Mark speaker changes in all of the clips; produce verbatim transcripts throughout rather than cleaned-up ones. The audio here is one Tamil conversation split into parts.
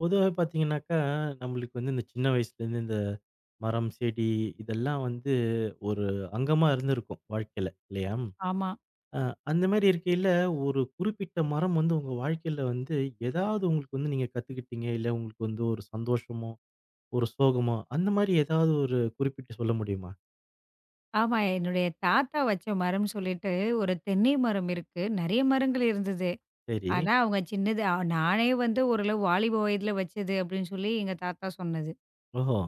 Speaker 1: பொதுவாவே பார்த்தீங்கன்னாக்கா, நம்மளுக்கு வந்து இந்த சின்ன வயசுலேருந்து இந்த மரம், செடி இதெல்லாம் வந்து ஒரு அங்கமா இருந்திருக்கும் வாழ்க்கையில இல்லையா?
Speaker 2: ஆமா.
Speaker 1: அ அந்த மாரி இருக்கையில ஒரு குறிப்பிட்ட மரம் வந்து உங்க வாழ்க்கையில வந்து ஏதாவது உங்களுக்கு வந்து நீங்க கத்துக்கிட்டீங்க, இல்ல உங்களுக்கு வந்து ஒரு சந்தோஷமோ, ஒரு சோகமோ அந்த மாரி ஏதாவது ஒரு குறிப்பிட்டு சொல்ல முடியுமா?
Speaker 2: ஆமா. என்னுடைய தாத்தா வச்ச மரம்ன்னு சொல்லிட்டு ஒரு தென்னை மரம் இருக்கு. நெறைய மரங்கள் இருந்தது.
Speaker 1: சரி.
Speaker 2: ஆனா, அவங்க சின்னது அ நானே வந்து ஓரளவு வாலிப வயதில வச்சது அப்டின்னு சொல்லி எங்க தாத்தா சொன்னது.
Speaker 1: ஓஹோ!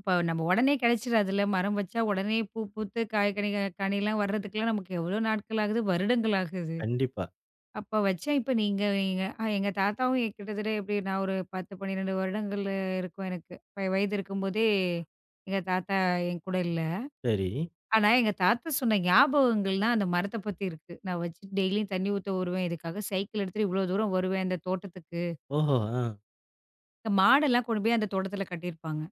Speaker 2: இப்ப நம்ம உடனே கிடைச்சிடாதுல்ல. மரம் வச்சா உடனே பூ பூத்து காய் கனி கனிலாம் வர்றதுக்குலாம் நமக்கு எவ்வளோ நாட்கள் ஆகுது? வருடங்கள் ஆகுது.
Speaker 1: கண்டிப்பா.
Speaker 2: அப்ப வச்சேன் இப்ப நீங்க நீங்க அ எங்க தாத்தாவும் எ கிட்டத்தட்ட எப்டி நான் ஒரு பத்து, பன்னிரெண்டு வருடங்கள் இருக்கும் எனக்கு. வ வயது இருக்கும்போதே எங்க தாத்தா என் கூட இல்ல.
Speaker 1: சரி.
Speaker 2: ஆனா, எங்க தாத்தா சொன்ன ஞாபகங்கள்லாம் அந்த மரத்த பத்தி இருக்கு. நான் வச்சு டெய்லியும் தண்ணி ஊத்த வருவேன். இதுக்காக சைக்கிள் எடுத்துட்டு இவ்வளோ தூரம் வருவேன் இந்த தோட்டத்துக்கு.
Speaker 1: ஓஹோ! ஆ.
Speaker 2: இந்த மாடெல்லாம் கொண்டு போய் அந்த தோட்டத்துல கட்டியிருப்பாங்க.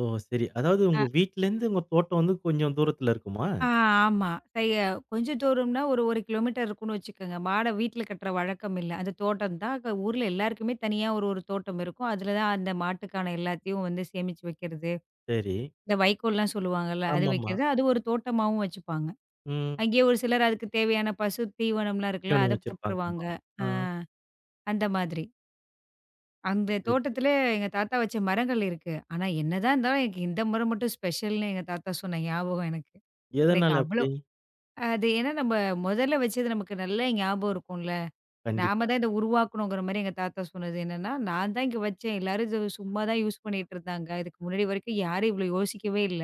Speaker 1: ஓ! சரி. அதாவது உங்க
Speaker 2: அ.
Speaker 1: வீட்லேருந்து உங்க தோட்டம் வந்து கொஞ்சம் தூரத்தில இருக்குமா?
Speaker 2: ஆ ஆமா. சைய கொஞ்சம் தூரம்னா ஒரு 1 கிலோமீட்டர் இருக்கும்னு வச்சுக்கோங்க. மாட வீட்ல கட்டுற வழக்கம் இல்ல. அந்த தோட்டம் தான். க ஊர்ல எல்லாருக்குமே தனியா ஒரு ஒரு தோட்டம் இருக்கும். அதுல தான் அந்த மாட்டுக்கான எல்லாத்தையும் வந்து சேமிச்சு வைக்கிறது.
Speaker 1: சரி.
Speaker 2: இந்த வைக்கோல்லாம் சொல்லுவாங்கல்ல, அது
Speaker 1: ஆமாமா.
Speaker 2: வைக்கிறது. அது ஒரு தோட்டமாவும் வச்சுப்பாங்க.
Speaker 1: ம்.
Speaker 2: அங்கேயே ஒரு சிலர் அதுக்கு தேவையான பசு தீவனம்லாம் இருக்குல்ல,
Speaker 1: தீவனம்
Speaker 2: அத
Speaker 1: வச்சிருப்பாங்க.
Speaker 2: போட்டுருவாங்க.
Speaker 1: ஆமா. ஆ.
Speaker 2: ஆ அந்த மாதிரி. அந்த
Speaker 1: சரி.
Speaker 2: தோட்டத்துல எங்க தாத்தா வச்ச மரங்கள் இருக்கு. ஆனா, என்னதான் இருந்தாலும் எனக்கு இந்த மரம் மட்டும் ஸ்பெஷல்னு எங்க தாத்தா சொன்ன ஞாபகம் எனக்கு. எனக்கு
Speaker 1: எதனால
Speaker 2: அவ்ளோ
Speaker 1: அப்படி?
Speaker 2: அது ஏன்னா நம்ம முதல்ல வச்சது நமக்கு நல்ல ஞாபகம் இருக்கும்ல. நாம
Speaker 1: கண்டிப்பா.
Speaker 2: தான் இத உருவாக்கணுங்கிற மாரி எங்க தாத்தா சொன்னது என்னன்னா, நான் தான் இங்க வச்சேன். எல்லாரும் இது சும்மா தான் யூஸ் பண்ணிட்டு இருந்தாங்க. இதுக்கு முன்னாடி வரைக்கும் யாரும் இவ்ளோ யோசிக்கவே இல்ல.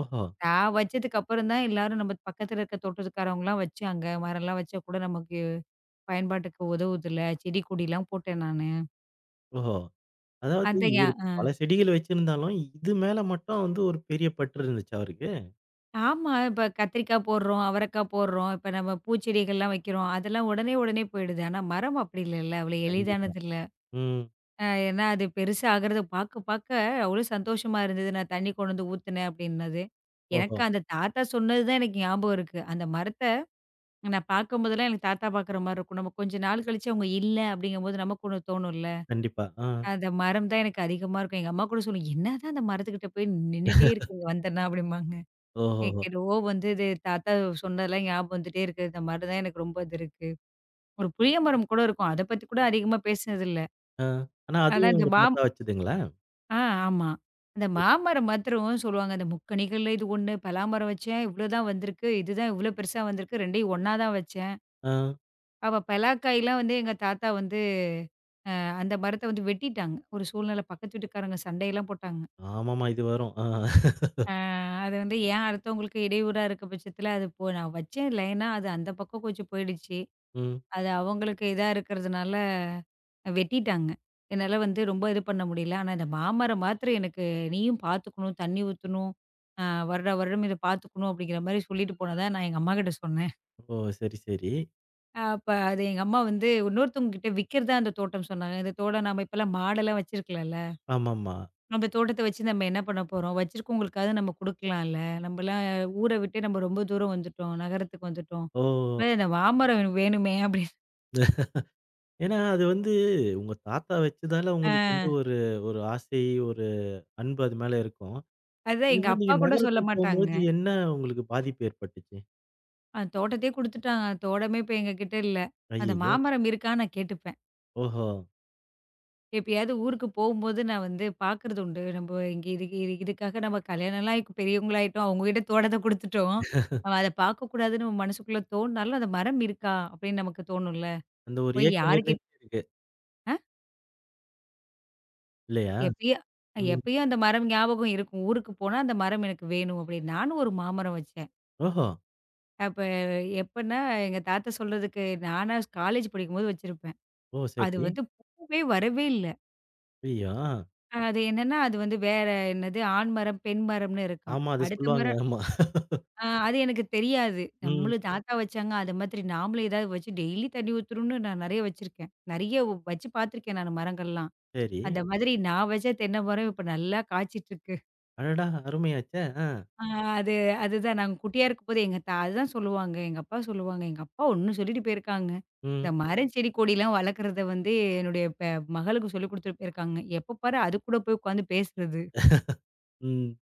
Speaker 1: ஓஹோ!
Speaker 2: நான் வச்சதுக்கு அப்புறம் தான் எல்லாரும் நம்ம பக்கத்துல இருக்க தோட்டத்துக்காரவங்கலாம் வச்சாங்க. மரம்லாம் வச்சா கூட நமக்கு பயன்பாட்டுக்கு உதவுதுல்ல. செடி கொடிலாம் போட்டேன் நானு.
Speaker 1: ஓஹோ! அதாவது
Speaker 2: அந்த ஞா
Speaker 1: இவரு
Speaker 2: அ.
Speaker 1: பல செடிகள் வச்சிருந்தாலும், இது மேல மட்டும் வந்து ஒரு பெரிய பற்று இருந்துச்சா அவருக்கு?
Speaker 2: ஆமா. இப்ப கத்திரிக்கா போடுறோம், அவரக்கா போடுறோம். இப்ப நம்ம பூச்செடிகள்லாம் வைக்கிறோம். அதெல்லாம் உடனே, உடனே போயிடுது. ஆனா மரம் அப்படி இல்லல்ல. அவ்வளோ
Speaker 1: கண்டிப்பா.
Speaker 2: எளிதானது இல்ல.
Speaker 1: ம்.
Speaker 2: அ ஏன்னா அது பெருசா ஆகுறத பார்க்க, பார்க்க அவ்வளோ சந்தோஷமா இருந்தது. நான் தண்ணி கொண்டு வந்து ஊத்துனேன் அப்படின்னது.
Speaker 1: ஓஹோ!
Speaker 2: எனக்கு அந்த தாத்தா சொன்னது தான் எனக்கு ஞாபகம் இருக்கு. அந்த மரத்த நான் பார்க்கும்போதெல்லாம் எனக்கு தாத்தா பார்க்குற மாரி இருக்கும். நம்ம கொஞ்ச நாள் கழிச்சு அவங்க இல்ல அப்படிங்கும்போது நமக்கு ஒண்ணு தோணும்ல.
Speaker 1: கண்டிப்பா. ஆ.
Speaker 2: அந்த மரம் தான் எனக்கு அதிகமா இருக்கும். எங்க அம்மா கூட சொல்லும், "என்னதான் அந்த மரத்துக்கிட்ட போய் நின்னுட்டே இருக்கீங்க வந்தன்னா" அப்படிம்பாங்க.
Speaker 1: ஓஹோஹோ!
Speaker 2: எனக்கு என்னவோ வந்து இது தாத்தா சொன்னதெல்லாம் ஞாபகம் வந்துட்டே இருக்கு. இந்த மரம் தான் எனக்கு ரொம்ப இது இருக்கு. ஒரு புளிய மரம் கூட இருக்கும். அத பத்தி கூட அதிகமா பேசினதில்ல.
Speaker 1: ஆ. ஆனா
Speaker 2: ஆனா
Speaker 1: அதுவும்
Speaker 2: இந்த
Speaker 1: உங்க
Speaker 2: மாம்
Speaker 1: தாத்தா வச்சதுங்களா?
Speaker 2: ஆ ஆமா. அந்த
Speaker 1: சரி.
Speaker 2: மாமரம் மாத்திரம் சொல்லுவாங்க. அந்த முக்கணிகள்ல இது ஒண்ணு, பலாமரம் வச்சேன் இவ்வளோதான் வந்திருக்கு. இதுதான் இவ்வளோ பெருசா வந்திருக்கு. ரெண்டும் ஒண்ணா தான் வச்சேன்.
Speaker 1: ஆ.
Speaker 2: அப்ப பலாக்காய்லாம் வந்து எங்க தாத்தா வந்து அஹ், அந்த மரத்த வந்து வெட்டிட்டாங்க. ஒரு சூழ்நிலை பக்கத்து வீட்டுக்காரங்க சண்டையெல்லாம் போட்டாங்க.
Speaker 1: ஆமாமா. இது வரும். ஆ.
Speaker 2: ஆ அது வந்து ஏன் அடுத்தவங்களுக்கு இடையூறா இருக்க பட்சத்தில அது போ நான் வச்சேன் லைனா அது அந்த பக்கம் கொஞ்சம் போயிடுச்சு.
Speaker 1: ம்.
Speaker 2: அது அவங்களுக்கு இதா இருக்கிறதுனால வெட்டிட்டாங்க. என்னால வந்து ரொம்ப இது பண்ண முடியல. ஆனா இந்த மாமரம் மாத்திரம் எனக்கு நீயும் பார்த்துக்கணும், தண்ணி ஊத்தணும், அ வருடா வருடம் இத பார்த்துக்கணும் அப்படிங்கிற மாரி சொல்லிட்டு போனதா நான் எங்க அம்மாகிட்ட சொன்னேன்.
Speaker 1: ஓ! சரி, சரி.
Speaker 2: அப்ப அது எங்க அம்மா வந்து இன்னொருத்தவங்க கிட்ட விக்கிறதா அந்த தோட்டம் சொன்னாங்க. இந்த தோட்டம் நாம இப்பலாம் மாடெல்லாம் வச்சிருக்கலாம்ல.
Speaker 1: ஆமாமா.
Speaker 2: நம்ம தோட்டத்த வச்சு நம்ம என்ன பண்ண போறோம்? வச்சிருக்கவங்களுக்காவது நம்ம குடுக்கலாம்ல. நம்மலாம் ஊர விட்டு நம்ம ரொம்ப தூரம் வந்துட்டோம். நகரத்துக்கு வந்துட்டோம்.
Speaker 1: ஓ!
Speaker 2: இந்த மாமரம் வேணுமே அப்படின்னு.
Speaker 1: ஏன்னா அது வந்து உங்க தாத்தா வச்சதால உங்களுக்கு வந்து
Speaker 2: அ
Speaker 1: ஒரு ஒரு ஆசை, ஒரு அன்பு அது மேல இருக்கும்.
Speaker 2: அதுதான்
Speaker 1: இது
Speaker 2: எங்க
Speaker 1: மாரி
Speaker 2: அப்பா
Speaker 1: நீங்க
Speaker 2: கூட சொல்ல
Speaker 1: நகரத்துக்கு
Speaker 2: மாட்டாங்க.
Speaker 1: போம்போது என்ன உங்களுக்கு பாதிப்பு ஏற்பட்டுச்சு?
Speaker 2: அ தோட்டத்தையே குடுத்துட்டாங்க. தோட்டமே இப்ப எங்ககிட்ட இல்ல. அந்த
Speaker 1: ஐய்யய்யோ!
Speaker 2: மாமரம் இருக்கான்னு நான் கேட்டுப்பேன்.
Speaker 1: ஓஹோ!
Speaker 2: எப்பயாவது ஊருக்கு போகும்போது நான் வந்து பார்க்குறது உண்டு. நம்ம இங்க இதுக்கு இது இதுக்காக நம்ம கல்யாணம்லாம் ஆகி பெரியவங்களாயிட்டோம். அவங்ககிட்ட தோட்டத்த குடுத்துட்டோம். நம்ம அத பார்க்கக்கூடாதுன்னு நம்ம மனசுக்குள்ள தோணுனாலும், அந்த மரம் இருக்கா அப்படின்னு நமக்கு தோணும்ல.
Speaker 1: அந்த ஒரு
Speaker 2: போய்
Speaker 1: ஏக்கம்
Speaker 2: யாருகிட்
Speaker 1: இருந்துகிட்டே இருக்கு.
Speaker 2: அ
Speaker 1: இல்லையா?
Speaker 2: எப்பயோ
Speaker 1: ம்.
Speaker 2: எப்பயும் அந்த மரம் ஞாபகம் இருக்கும். ஊருக்கு போனா அந்த மரம் எனக்கு வேணும் அப்படின்னு. நானும் ஒரு மாமரம் வச்சேன்.
Speaker 1: ஓஹோ!
Speaker 2: அப்ப எப்பன்னா எங்க தாத்தா சொல்றதுக்கு நானா காலேஜ் படிக்கும்போது வச்சிருப்பேன்.
Speaker 1: ஓ!
Speaker 2: அது
Speaker 1: சரி.
Speaker 2: வந்து பூவே வரவே இல்ல.
Speaker 1: ஐய்யய்யோ! ஆ.
Speaker 2: அது என்னன்னா, அது வந்து வேற என்னது ஆண் மரம், பெண் மரம்னு இருக்காம்.
Speaker 1: ஆமா. அது
Speaker 2: அடுத்த
Speaker 1: சொல்லுவாங்க.
Speaker 2: மரம்
Speaker 1: ஆமா.
Speaker 2: அ அது எனக்கு தெரியாது.
Speaker 1: ம்.
Speaker 2: நம்மளும் தாத்தா வச்சாங்க. அது மாதிரி நாமளும் ஏதாவது வச்சு டெய்லி தண்ணி ஊத்தணும்னு நான் நெறைய வச்சிருக்கேன். நெறைய வச்சு பார்த்துருக்கேன் நானு மரங்கள்லாம்.
Speaker 1: சரி.
Speaker 2: அந்த மாதிரி நான் வச்ச தென்னை மரம் இப்ப நல்லா காய்ச்சிட்டு இருக்கு.
Speaker 1: அடடா! அருமையாச்சே! ஆ.
Speaker 2: ஆ அது அதுதான் நாங்க குட்டியா இருக்கும்போது எங்க தா அதுதான் சொல்லுவாங்க. எங்க அப்பா சொல்லுவாங்க. எங்க அப்பா ஒண்ணு சொல்லிட்டு போயிருக்காங்க. இந்த
Speaker 1: ம்.
Speaker 2: மரம், செடி, கொடிலாம் வளர்க்குறத வந்து என்னுடைய பெ மகளுக்கு சொல்லிக் குடுத்துட்டு போயிருக்காங்க. எப்ப பாரு அது கூட போய் உட்காந்து பேசுறது.
Speaker 1: ம்.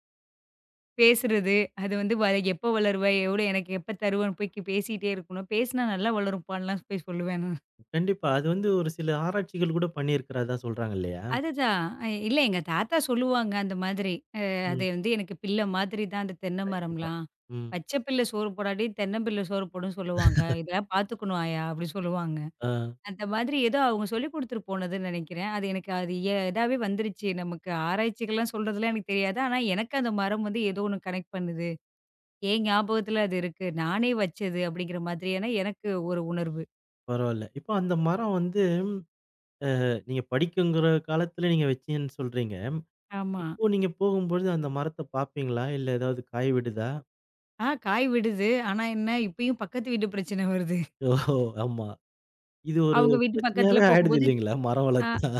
Speaker 2: பேசுறது, அது வந்து வ எப்போ வளருவ? எவ்வளோ எனக்கு எப்போ தருவன்னு போய் கி- பேசிட்டே இருக்கணும். பேசினா நல்லா வளரும்ப்பான்லாம் போய் சொல்லுவேன் நான்.
Speaker 1: கண்டிப்பா. அது வந்து ஒரு சில ஆராய்ச்சிகள் கூட பண்ணியிருக்கிறதா சொல்றாங்க இல்லையா?
Speaker 2: அதுதான். இல்ல எங்க தாத்தா சொல்லுவாங்க அந்த மாதிரி. அ அது
Speaker 1: ம்.
Speaker 2: வந்து எனக்கு பிள்ளை மாதிரி தான் அந்த தென்னை
Speaker 1: கண்டிப்பா.
Speaker 2: மரம்லாம்.
Speaker 1: ம்.
Speaker 2: பச்சை பிள்ளை சோறு போடாட்டி தென்னம்பிள்ளை சோறு போடும்ன்னு சொல்லுவாங்க. இதெல்லாம் பார்த்துக்கணும் ஆயா அப்படின்னு சொல்லுவாங்க.
Speaker 1: ஆ.
Speaker 2: அந்த மாதிரி ஏதோ அவங்க சொல்லிக் கொடுத்துட்டு போனதுன்னு நினைக்கிறேன். அது எனக்கு அது எ இதாவே வந்துருச்சு. நமக்கு ஆராய்ச்சிகள்லாம் சொல்றதெல்லாம் எனக்கு தெரியாது. ஆனா எனக்கு அந்த மரம் வந்து ஏதோ ஒண்ணு கனெக்ட் பண்ணுது. என் ஞாபகத்துல அது இருக்கு. நானே வச்சது அப்படிங்கிற மாதிரியான எனக்கு ஒரு உணர்வு.
Speaker 1: பரவால்ல. இப்போ அந்த மரம் வந்து நீங்க படிக்குங்கிற காலத்துல நீங்க வச்சீங்கன்னு சொல்றீங்க.
Speaker 2: ஆமா.
Speaker 1: இப்போ நீங்க போகும்பொழுது அந்த மரத்த பார்ப்பீங்களா? இல்ல ஏதாவது காய் விடுதா?
Speaker 2: ஆ காய் விடுது. ஆனா என்ன இப்பயும் பக்கத்து வீட்டு பிரச்சனை வருது.
Speaker 1: ஓஹோ! ஆமா. இது ஒரு
Speaker 2: அவங்க வீட்டு பக்கத்துல
Speaker 1: பிரச்சனையாவே ஆயிடுது
Speaker 2: போகும்போது
Speaker 1: இல்லைங்களா? மரம்
Speaker 2: அ
Speaker 1: வளர்த்தா?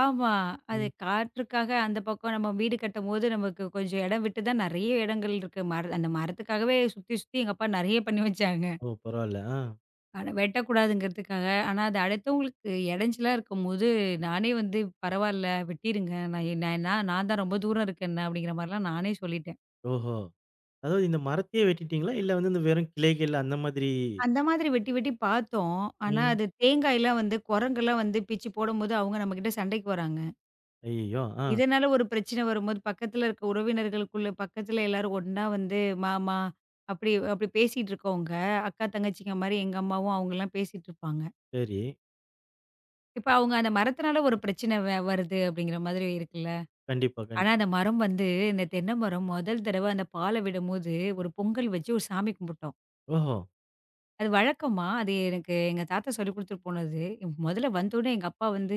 Speaker 2: ஆமா. அது
Speaker 1: ம்.
Speaker 2: காற்றுக்காக அந்த பக்கம் நம்ம வீடு கட்டும்போது நமக்கு கொஞ்சம் இடம் விட்டு தான் நெறைய இடங்கள் இருக்கு. மர அந்த மரத்துக்காகவே சுத்தி, சுத்தி எங்க அப்பா நெறைய பண்ணி வச்சாங்க.
Speaker 1: ஓ! பரவால்ல. ஆ.
Speaker 2: ஆனா வெட்டக்கூடாதுங்கிறதுக்காக. ஆனா அது அடுத்தவங்களுக்கு இடைஞ்சலா இருக்கும்போது நானே வந்து பரவால்ல வெட்டிருங்க. நான் நான் நான் தான் ரொம்ப தூரம் இருக்கேன்ன அப்படிங்கிற மாரிலாம் நானே சொல்லிட்டேன்.
Speaker 1: ஓஹோ! அதாவது இந்த மரத்தையே வெட்டிட்டீங்களா? இல்ல வந்து இந்த வெறும் கிளைகள் அந்த மாதிரி
Speaker 2: அந்த மாதிரி வெட்டி வெட்டி பார்த்தோம். ஆனா,
Speaker 1: ம்.
Speaker 2: அது தேங்காய்லாம் வந்து குரங்கெல்லாம் வந்து பிச்சு போடும்போது அவங்க நம்மகிட்ட சண்டைக்கு வராங்க.
Speaker 1: ஐயய்யோ! ஆ.
Speaker 2: இதனால ஒரு பிரச்சனை வரும்போது பக்கத்துல இருக்க உறவினர்களுக்குள்ள பக்கத்துல எல்லாரும் ஒண்ணா வந்து மாமா அப்படி அப்படி பேசிட்டு இருக்கவங்க, அக்கா தங்கச்சிங்க மாரி எங்க அம்மாவும் அவங்கலாம் பேசிட்டு இருப்பாங்க.
Speaker 1: சரி.
Speaker 2: இப்ப அவங்க அந்த மரத்தினால ஒரு பிரச்சனை வ வருது அப்படிங்கிற மாதிரி இருக்குல்ல.
Speaker 1: கண்டிப்பா,
Speaker 2: ஆனா அந்த
Speaker 1: கண்டிப்பா.
Speaker 2: மரம் வந்து இந்த தென்னை மரம் முதல் தடவ அந்த பால விடும்போது ஒரு பொங்கல் வச்சு ஒரு சாமி கும்பிட்டோம்.
Speaker 1: ஓஹோ!
Speaker 2: அது வழக்கமா, அது எனக்கு எங்க தாத்தா சொல்லிக் குடுத்துட்டு போனது. முதல்ல வந்தோனே எங்க அப்பா வந்து,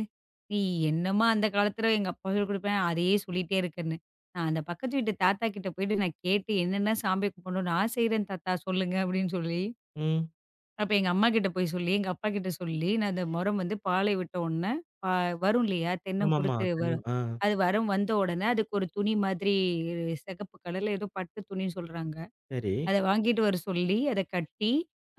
Speaker 2: "நீ என்னம்மா அந்த காலத்துல எங்க அப்பா சொல்லிக் குடுப்பேன், அதையே சொல்லிட்டே இருக்கன்னு." நான் அந்த பக்கத்து வீட்டு தாத்தா கிட்ட போயிட்டு நான் கேட்டு, "என்னென்ன சாமி கும்பிடணும்? நான் செய்றேன் தாத்தா சொல்லுங்க" அப்படின்னு சொல்லி,
Speaker 1: ம்.
Speaker 2: அப்ப எங்க அம்மா கிட்ட போய் சொல்லி, எங்க அப்பா கிட்ட சொல்லி, நான் அந்த முறம் வந்து பாலை விட்ட உடனே, பா வரும் இல்லையா?
Speaker 1: ஆமாமா.
Speaker 2: தென்னங்குருத்து
Speaker 1: தென்ன
Speaker 2: வரும்.
Speaker 1: ஆ.
Speaker 2: அது வரும் வந்த உடனே அதுக்கு ஒரு துணி மாதிரி சிகப்பு கலர்ல ஏதோ பட்டு துணின்னு சொல்றாங்க.
Speaker 1: சரி.
Speaker 2: அத வாங்கிட்டு வர சொல்லி, அத கட்டி,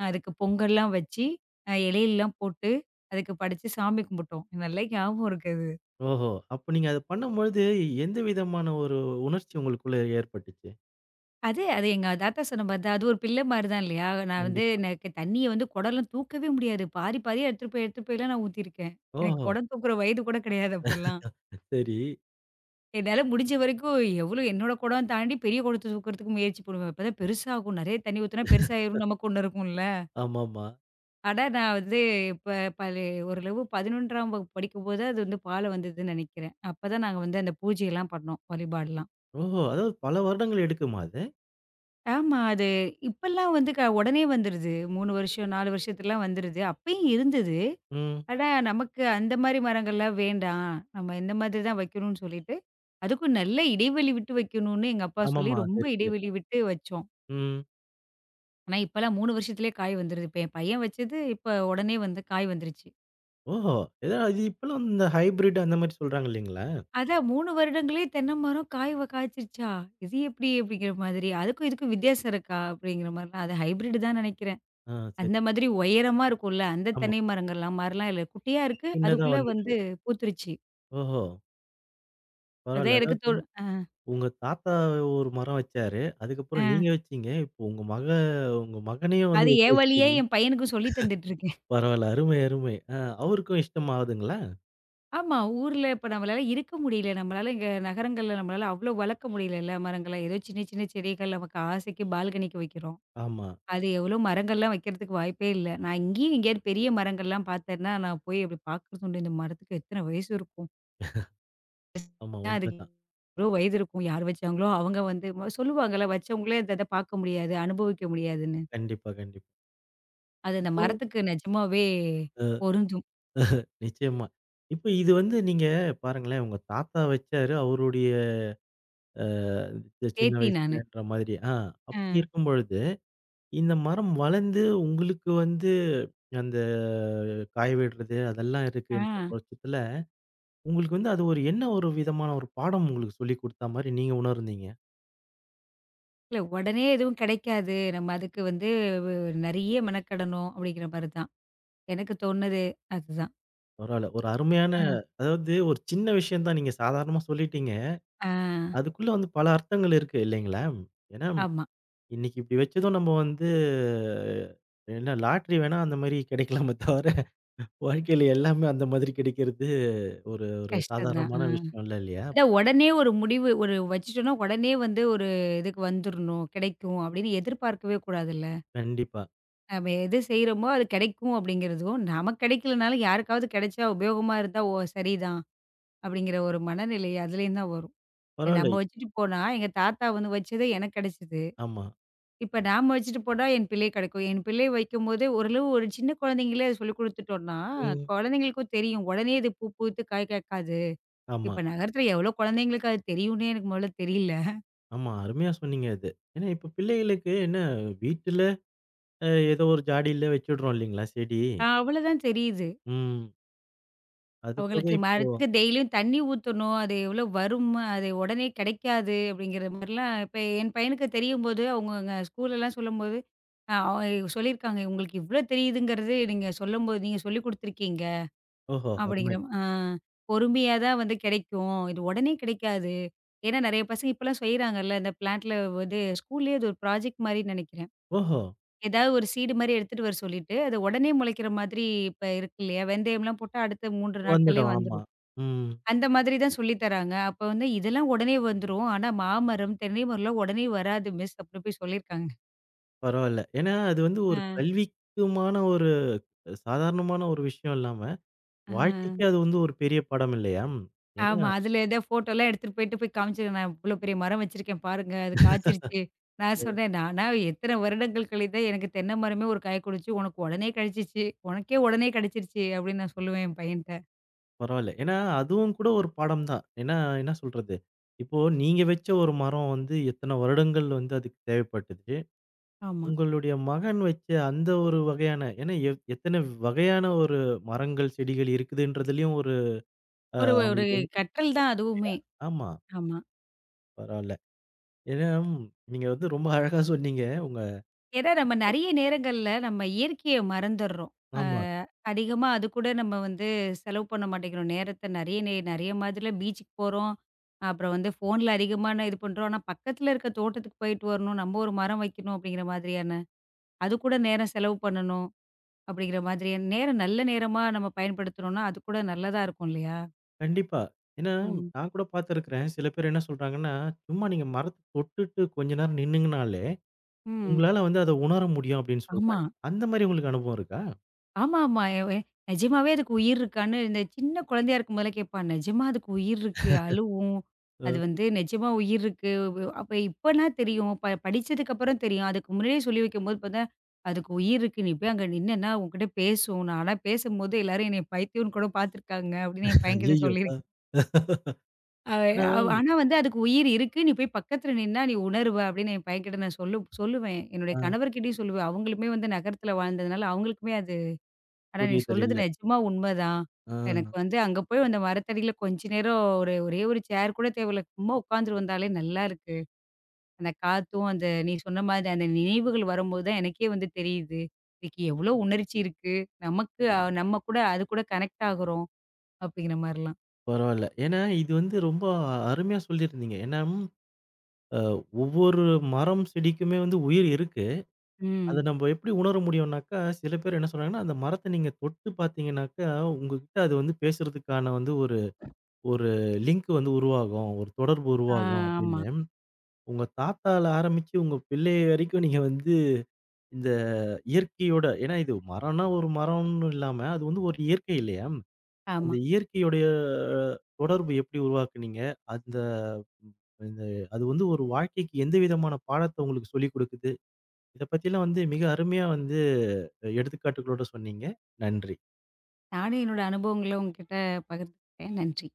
Speaker 2: அதுக்கு பொங்கல்லாம் வச்சு, அ இலையெல்லாம் போட்டு, அதுக்கு படைச்சு சாமி கும்பிட்டோம். எனக்கு நல்லா ஞாபகம் இருக்கு அது.
Speaker 1: ஓஹோ! அப்ப நீங்க அத பண்ணும்பொழுது எந்த விதமான ஒரு உணர்ச்சி உங்களுக்குள்ள ஏற்பட்டுச்சு?
Speaker 2: அது அது எங்க தாத்தா சொன்ன மாரி தான். அது ஒரு பிள்ளை மாரி தான் இல்லையா? நான் வந்து
Speaker 1: கண்டிப்பா.
Speaker 2: எனக்கு தண்ணிய வந்து குடம்லாம் தூக்கவே முடியாது. பாதி பாதியா எடுத்துட்டு போய் எடுத்துட்டு போய்லாம் நான் ஊத்தியிருக்கேன். எனக்கு
Speaker 1: ஓஹோ!
Speaker 2: குடம் தூக்குற வயது கூட கிடையாது அப்பல்லாம்.
Speaker 1: சரி.
Speaker 2: என்னால முடிஞ்ச வரைக்கும் எவ்வளோ என்னோட குடம் தாண்டி பெரிய குடத்த தூக்குறதுக்கு முயற்சி பண்ணுவேன். அப்பதான் பெருசாகும். நெறைய தண்ணி ஊத்துனா பெருசாயிரும். நமக்கு ஒண்ணு இருக்கும்ல.
Speaker 1: ஆமாமா.
Speaker 2: அட! நான் வந்து இப்ப பழி ஓரளவு பதினொன்றாம் வகுப்பு படிக்கும்போது அது வந்து பால வந்ததுன்னு நெனைக்கிறேன். அப்பதான் நாங்க வந்து அந்த பூஜையெல்லாம் பண்ணோம். வழிபாடுலாம்.
Speaker 1: ஓஹோ! அதாவது பல வருடங்கள் எடுக்குமா அது?
Speaker 2: ஆமா. அது இப்பல்லாம் வந்து க உடனே வந்துருது. மூணு வருஷம், நாலு வருஷத்துலலாம் வந்துருது. அப்பயும் இருந்தது.
Speaker 1: ம்.
Speaker 2: ஆனா, நமக்கு அந்த மாரி மரங்கள்லாம் வேண்டாம். நம்ம இந்த மாதிரி தான் வைக்கணும்னு சொல்லிட்டு, அதுக்கும் நல்ல இடைவெளி விட்டு வைக்கணும்னு எங்க அப்பா சொல்லி
Speaker 1: ஆமாமா. அது
Speaker 2: ரொம்ப
Speaker 1: இருக்கு.
Speaker 2: இடைவெளி விட்டு வச்சோம்.
Speaker 1: ம்.
Speaker 2: ஆனா, இப்பல்லாம் மூணு வருஷத்துலயே காய் வந்துருது. இப்ப என் பையன் வச்சது இப்ப உடனே வந்து காய் வந்துருச்சு.
Speaker 1: ஓஹோ! ஏதோ அது இப்பலாம் இந்த ஹைபிரிட் அந்த மாரி சொல்றாங்க இல்லீங்களா?
Speaker 2: அதான் மூணு வருடங்களே தென்னை மரம் காய் வ காய்ச்சிருச்சா? இது எப்படி? அப்படிங்கிற மாதிரி. அதுக்கும் இதுக்கும் வித்தியாசம் இருக்கா? அப்படிங்கிற மாரிலாம். அது ஹைபிரிட் தான் நெனைக்கிறேன்.
Speaker 1: ஆ. சரி.
Speaker 2: அந்த மாதிரி உயரமா இருக்கும்ல, அந்த
Speaker 1: ஆமா.
Speaker 2: தென்னை மரங்கள்லாம் மாரிலாம் இல்ல. குட்டியா இருக்கு.
Speaker 1: சின்னதா
Speaker 2: அதுக்குள்ள
Speaker 1: வந்துருது.
Speaker 2: வந்து பூத்துருச்சு.
Speaker 1: ஓஹோ!
Speaker 2: அதான்
Speaker 1: பரவால்ல.
Speaker 2: எனக்கு தோ
Speaker 1: அதாவது
Speaker 2: அ,
Speaker 1: உங்க தாத்தா ஒரு மரம் வச்சாரு. அதுக்கப்புறம்
Speaker 2: அ.
Speaker 1: நீங்க வச்சீங்க. இப்போ உங்க மக உங்க மகனையும்
Speaker 2: அது
Speaker 1: வந்து வைக்க
Speaker 2: என் வழியே
Speaker 1: வச்சுட்டீங்க.
Speaker 2: என் பையனுக்கும் சொல்லி தந்துட்டு இருக்கேன்.
Speaker 1: பரவால்ல. அருமை, அருமை. ஆ. அவருக்கும் இஷ்டமாவுதுங்களா?
Speaker 2: ஆமா, ஊர்ல இப்ப நம்மளால இருக்க முடியல. நம்மளால இங்க நகரங்கள்ல நம்மளால அவ்வளோ வளர்க்க முடியலல்ல மரங்கள. ஏதோ சின்ன சின்ன செடிகள் நமக்கு ஆசைக்கு பால்கனிக்கு வைக்கிறோம்.
Speaker 1: ஆமா,
Speaker 2: அது எவ்வளோ மரங்கள்லாம் வைக்கிறதுக்கு வாய்ப்பே இல்ல. நான் இங்கேயும் எங்கேயாவது பெரிய மரங்கள்லாம் பார்த்தேன்னா, நான் போய் அப்படி பார்க்குறது உண்டு. இந்த மரத்துக்கு எத்தன வயசு இருக்கும்?
Speaker 1: ஆமா.
Speaker 2: ஏன் அதுக்கு
Speaker 1: உண்மைதான்.
Speaker 2: இவ்ளோ வயது இருக்கும்? யார் வச்சாங்களோ அவங்க வந்து ம சொல்லுவாங்கல்ல, வச்சவங்களே அந்த இத பார்க்க முடியாது, அனுபவிக்க முடியாதுன்னு.
Speaker 1: கண்டிப்பா, கண்டிப்பா.
Speaker 2: அது அந்த
Speaker 1: இப்போ
Speaker 2: மரத்துக்கு நிஜமாவே
Speaker 1: அ
Speaker 2: பொருந்தும்.
Speaker 1: நிச்சயமா. இப்போ இது வந்து நீங்க பாருங்களேன், உங்க தாத்தா வச்சாரு. அவருடைய அ சின்ன
Speaker 2: பேத்தி நானு.
Speaker 1: வயசுலன்ற மாதிரி. ஆ. அப்படி
Speaker 2: அ.
Speaker 1: இருக்கும் பொழுது, இந்த மரம் வளர்ந்து உங்களுக்கு வந்து அந்த காய விடுறது அதெல்லாம்
Speaker 2: ஆ.
Speaker 1: இருக்குன்ற பட்சத்துல, உங்களுக்கு வந்து அது ஒரு என்ன ஒரு விதமான ஒரு பாடம் உங்களுக்கு சொல்லிக் குடுத்தா மாரி நீங்க உணர்ந்தீங்க?
Speaker 2: இல்ல உடனே எதுவும் கிடைக்காது. நம்ம அதுக்கு வந்து வ் நெறைய மெனக்கெடணும் அப்படிங்கிற மாரி தான். எனக்கு தோணுது அதுதான்.
Speaker 1: பரவால்ல. ஒரு அருமையான
Speaker 2: அ.
Speaker 1: அதாவது ஒரு சின்ன விஷயம் தான் நீங்க சாதாரணமா சொல்லிட்டீங்க.
Speaker 2: ஆ.
Speaker 1: அதுக்குள்ள வந்து பல அர்த்தங்கள் இருக்கு இல்லைங்களா? ஏன்னா
Speaker 2: ஆமா.
Speaker 1: இன்னைக்கு இப்படி வச்சதும் நம்ம வந்து என்ன லாட்டரி வேணா அந்த மாரி கிடைக்கலாமே தவிர, வாழ்க்கையில எல்லாமே அந்த மாதிரி கிடைக்கிறது ஒரு ஒரு
Speaker 2: கஷ்டம் தான்.
Speaker 1: சாதாரணமான
Speaker 2: ஆ.
Speaker 1: விஷயம்லாம் இல்லையா?
Speaker 2: அதான் உடனே ஒரு முடிவு ஒரு வச்சுட்டோம்னா, உடனே வந்து ஒரு இதுக்கு வந்துரணும், கிடைக்கும் அப்படின்னு எதிர்பார்க்கவே கூடாதுல்ல.
Speaker 1: கண்டிப்பா.
Speaker 2: நம்ம எது செய்றோமோ அது கிடைக்கும் அப்படிங்கிறதும், நமக்கு கிடைக்கலனாலும் யாருக்காவது கிடைச்சா உபயோகமா இருந்தா, ஓ! சரிதான் அப்படிங்கிற ஒரு மனநிலை அதுலேருந்து தான் வரும். இதை
Speaker 1: பரவால்ல.
Speaker 2: நம்ம வச்சுட்டு போனா, எங்க தாத்தா வந்து வச்சது எனக்கு கிடைச்சது.
Speaker 1: ஆமா.
Speaker 2: இப்ப நாம வச்சுட்டு போனா என் பிள்ளைக்கு கிடைக்கும். என் பிள்ளை வைக்கும்போதே ஓரளவு ஒரு சின்ன குழந்தைங்களே அத சொல்லிக் குடுத்துட்டோம்னா,
Speaker 1: ம்.
Speaker 2: குழந்தைங்களுக்கும் தெரியும். உடனே இது பூ பூத்து காய் காய்க்காது.
Speaker 1: ஆமா,
Speaker 2: இப்ப நகரத்துல எவ்வளோ குழந்தைங்களுக்கு அது தெரியும்னே எனக்கு முதல்ல தெரியல.
Speaker 1: ஆமா. அருமையா சொன்னீங்க அது. ஏன்னா இப்ப பிள்ளைகளுக்கு என்ன வீட்டுல அ ஏதோ ஒரு ஜாடியில வச்சுடுறோம் இல்லைங்களா செடி.
Speaker 2: ஆ அவ்வளோதான் தெரியுது.
Speaker 1: ம். அதுபோக
Speaker 2: அவங்களுக்கு
Speaker 1: இப்போ
Speaker 2: மரத்துக்கு டெய்லியும் தண்ணி ஊத்தணும். அது எவ்வளோ வரும், அது உடனே கிடைக்காது அப்படிங்கிற மாரிலாம் இப்ப என் பையனுக்கு தெரியும்போது, அவங்கங்க ஸ்கூல்லலாம் சொல்லும்போது, அ அவ சொல்லியிருக்காங்க. உங்களுக்கு இவ்ளோ தெரியுதுங்கிறது நீங்க சொல்லும்போது நீங்க சொல்லிக் குடுத்துருக்கீங்க
Speaker 1: ஓஹோ! அருமை.
Speaker 2: அப்படிங்கிற ம- ஆ பொறுமையா தான் வந்து கிடைக்கும். இது உடனே கிடைக்காது. ஏன்னா நெறைய பசங்க இப்பலாம் செய்றாங்கல்ல. இந்த பிளான்ட்ல வந்து ஸ்கூல்லயே அது ஒரு ப்ராஜெக்ட் மாரி நெனைக்கிறேன்.
Speaker 1: ஓஹோ!
Speaker 2: ஏதாவது ஒரு சீடு மாரி எடுத்துட்டு வர சொல்லிட்டு, அது உடனே முளைக்கிற மாதிரி இப்ப இருக்கு இல்லையா? வெந்தயம்லாம் போட்டா அடுத்த மூன்று நாட்கள்லயே
Speaker 1: வந்துடும். ஆமா.
Speaker 2: வந்துரும்.
Speaker 1: ம்.
Speaker 2: அந்த மாதிரி தான் சொல்லி தராங்க. அப்ப வந்து இதெல்லாம் உடனே வந்துரும். ஆனா மாமரம், தென்னை மரம்லாம் உடனே வராது மிஸ் அப்டின்னு போய் சொல்லியிருக்காங்க.
Speaker 1: பரவால்ல. ஏன்னா அது வந்து ஒரு
Speaker 2: ஆ,
Speaker 1: கல்விக்குமான ஒரு சாதாரணமான ஒரு விஷயம் இல்லாம,
Speaker 2: ஆ.
Speaker 1: வாழ்க்கைக்கே அது வந்து ஒரு பெரிய பாடம் இல்லையா? ஏன்னா
Speaker 2: ஆமா. அதுல ஏதோ ஃபோட்டோலாம் எடுத்துட்டு போயிட்டு போய் காமிச்சேன். நான் இவ்ளோ பெரிய மரம் வச்சிருக்கேன் பாருங்க. அது காய்ச்சிருச்சு. நான் சொன்னேன், "நானா எத்தன வருடங்கள் கழித்து தான் எனக்கு தென்னை மரமே ஒரு காய் குடுச்சு. உனக்கு உடனே கெடச்சிச்சு. உனக்கே உடனே கெடச்சிருச்சு" அப்படின்னு நான் சொல்லுவேன் என் பையன்ட்ட.
Speaker 1: பரவால்ல. ஏன்னா, அதுவும் கூட ஒரு பாடம் தான். ஏன்னா, என்ன சொல்றது? இப்போ நீங்க வச்ச ஒரு மரம் வந்து எத்தன வருடங்கள் வந்து அதுக்கு தேவைப்பட்டது.
Speaker 2: ஆமா.
Speaker 1: உங்களுடைய மகன் வச்ச அந்த ஒரு வகையான ஏன்னா எ எத்தன வகையான ஒரு மரங்கள், செடிகள் இருக்குதுன்றதுலயும் ஒரு அ
Speaker 2: ஒரு ஒரு
Speaker 1: அவங்களுக்கு வந்து
Speaker 2: கற்றல் தான் அதுவுமே.
Speaker 1: ஆமா.
Speaker 2: ஆமா.
Speaker 1: பரவால்ல. ஏன்னா, ம், நீங்க வந்து ரொம்ப அழகா சொன்னீங்க. உங்க
Speaker 2: ஏன்னா நம்ம நெறைய நேரங்கள்ல நம்ம இயற்கைய மறந்துர்றோம். அ
Speaker 1: ஆமா.
Speaker 2: அதிகமா அது கூட நம்ம வந்து செலவு பண்ண மாட்டேங்கிறோம். நேரத்த நெறைய நே நெறைய மாதிரில பீச்சுக்கு போறோம். அப்புறம் வந்து ஃபோன்ல அதிகமான இது பண்றோம். ஆனா பக்கத்துல இருக்க தோட்டத்துக்கு போயிட்டு வரணும். நம்ம ஒரு மரம் வைக்கணும் அப்படிங்கிற மாதிரியான, அது கூட நேரம் செலவு பண்ணணும் அப்படிங்கிற மாதிரியான நேரம் நல்ல நேரமா நம்ம பயன்படுத்துனோம்னா, அது கூட நல்லதா இருக்கும் இல்லையா?
Speaker 1: கண்டிப்பா. ஏன்னா,
Speaker 2: ம்.
Speaker 1: நான் கூட பார்த்துருக்கிறேன். சில பேர் என்ன சொல்றாங்கன்னா, சும்மா நீங்க மரத்த தொட்டுட்டு கொஞ்ச நேரம் நின்னுங்கனாலே
Speaker 2: ம்.
Speaker 1: உங்களால வந்து அத உணர முடியும் அப்படின்னு
Speaker 2: ஆமா.
Speaker 1: சொல்றாங்க. அந்த மாரி உங்களுக்கு அனுபவம் இருக்கா?
Speaker 2: ஆமாமா. எவ நிஜமாவே அதுக்கு உயிர் இருக்கான்னு இந்த சின்ன குழந்தையா இருக்கும் போதெல்லாம் கேட்பான். நிஜமா அதுக்கு உயிர் இருக்கு, அழுவும்.
Speaker 1: அ.
Speaker 2: அது வந்து நிஜமா உயிர் இருக்கு. வ் அப்ப இப்பன்னா தெரியும். ப படிச்சதுக்கப்புறம் தெரியும். அதுக்கு முன்னாடியே சொல்லி வைக்கும்போது பார்த்தா, அதுக்கு உயிர் இருக்கு. நீ போய் அங்க நின்னன்னா உன்கிட்ட பேசும். நான்லாம் பேசும்போது எல்லாரும் என்னைய பைத்தியம்ன்னு கூட பார்த்துருக்காங்க அப்படின்னு என் பையன்கிட்ட
Speaker 1: ஐயய்யோ! அ.
Speaker 2: சொல்லியிருக்கேன். அவ
Speaker 1: ஆனா
Speaker 2: அவ் ஆனா வந்து அதுக்கு உயிர் இருக்கு. நீ போய் பக்கத்துல நின்னா நீ உணருவ அப்படின்னு என் பையன்கிட்ட நான் சொல்லு சொல்லுவேன். என்னுடைய
Speaker 1: ஆ.
Speaker 2: கணவர்கிட்டயும் சொல்லுவேன். அவங்களுமே வந்து நகரத்துல வாழ்ந்ததுனால அவங்களுக்குமே அது ஆனா, நீ
Speaker 1: புரிதல்
Speaker 2: சொல்றது
Speaker 1: இல்ல.
Speaker 2: நிஜமா உண்மைதான். எனக்கு
Speaker 1: ஆ.
Speaker 2: வந்து அங்க போய் அந்த மரத்தடியில கொஞ்ச நேரம் ஒரு ஒரே ஒரு சேர் கூட தேவையில்ல. சும்மா உட்காந்துட்டு வந்தாலே நல்லா இருக்கு. அந்த காத்தும், அந்த நீ சொன்ன மாதிரி அந்த நினைவுகள் வரும்போது தான் எனக்கே வந்து தெரியுது. இதுக்கு எவ்ளோ உணர்ச்சி இருக்கு. நமக்கு அ நம்ம கூட அது கூட கனெக்ட் ஆகுறோம் அப்படிங்கிற மாரிலாம்.
Speaker 1: பரவால்ல. ஏன்னா இது வந்து ரொம்ப அருமையா சொல்லியிருந்தீங்க. ஏன்னா, அ ஒவ்வொரு மரம், செடிக்குமே வந்து உயிர் இருக்கு.
Speaker 2: ம்.
Speaker 1: அத நம்ம எப்படி உணர முடியும்னாக்கா, சில பேர் என்ன சொல்றாங்கன்னா, அந்த மரத்த நீங்க தொட்டு பார்த்தீங்கன்னாக்கா, உங்ககிட்ட அது வந்து பேசுறதுக்கான வந்து ஒரு ஒரு லிங்க் வந்து உருவாகும். ஒரு தொடர்பு
Speaker 2: ஆ
Speaker 1: உருவாகும்
Speaker 2: ஆமா,
Speaker 1: அப்படின்னு. உங்க தாத்தால ஆரம்பிச்சு, உங்க பிள்ளை வரைக்கும் நீங்க வந்து இந்த இயற்கையோட ஏன்னா இது மரம்னா ஒரு மரம்னு இல்லாம, அது வந்து ஒரு இயற்கை இல்லையா? அந்த
Speaker 2: ஆமா.
Speaker 1: இயற்கையுடைய தொடர்பு எப்படி உருவாக்குனீங்க? அந்த இந்த அது வந்து ஒரு வாழ்க்கைக்கு எந்த விதமான பாடத்த உங்களுக்கு சொல்லிக் குடுக்குது? இத பத்திலாம் வந்து மிக அருமையா வந்து எடுத்துக்காட்டுகளோட சொன்னீங்க. நன்றி.
Speaker 2: நானும் என்னோட அனுபவங்கள உங்ககிட்ட பகிர்ந்துக்கிட்டேன். நன்றி.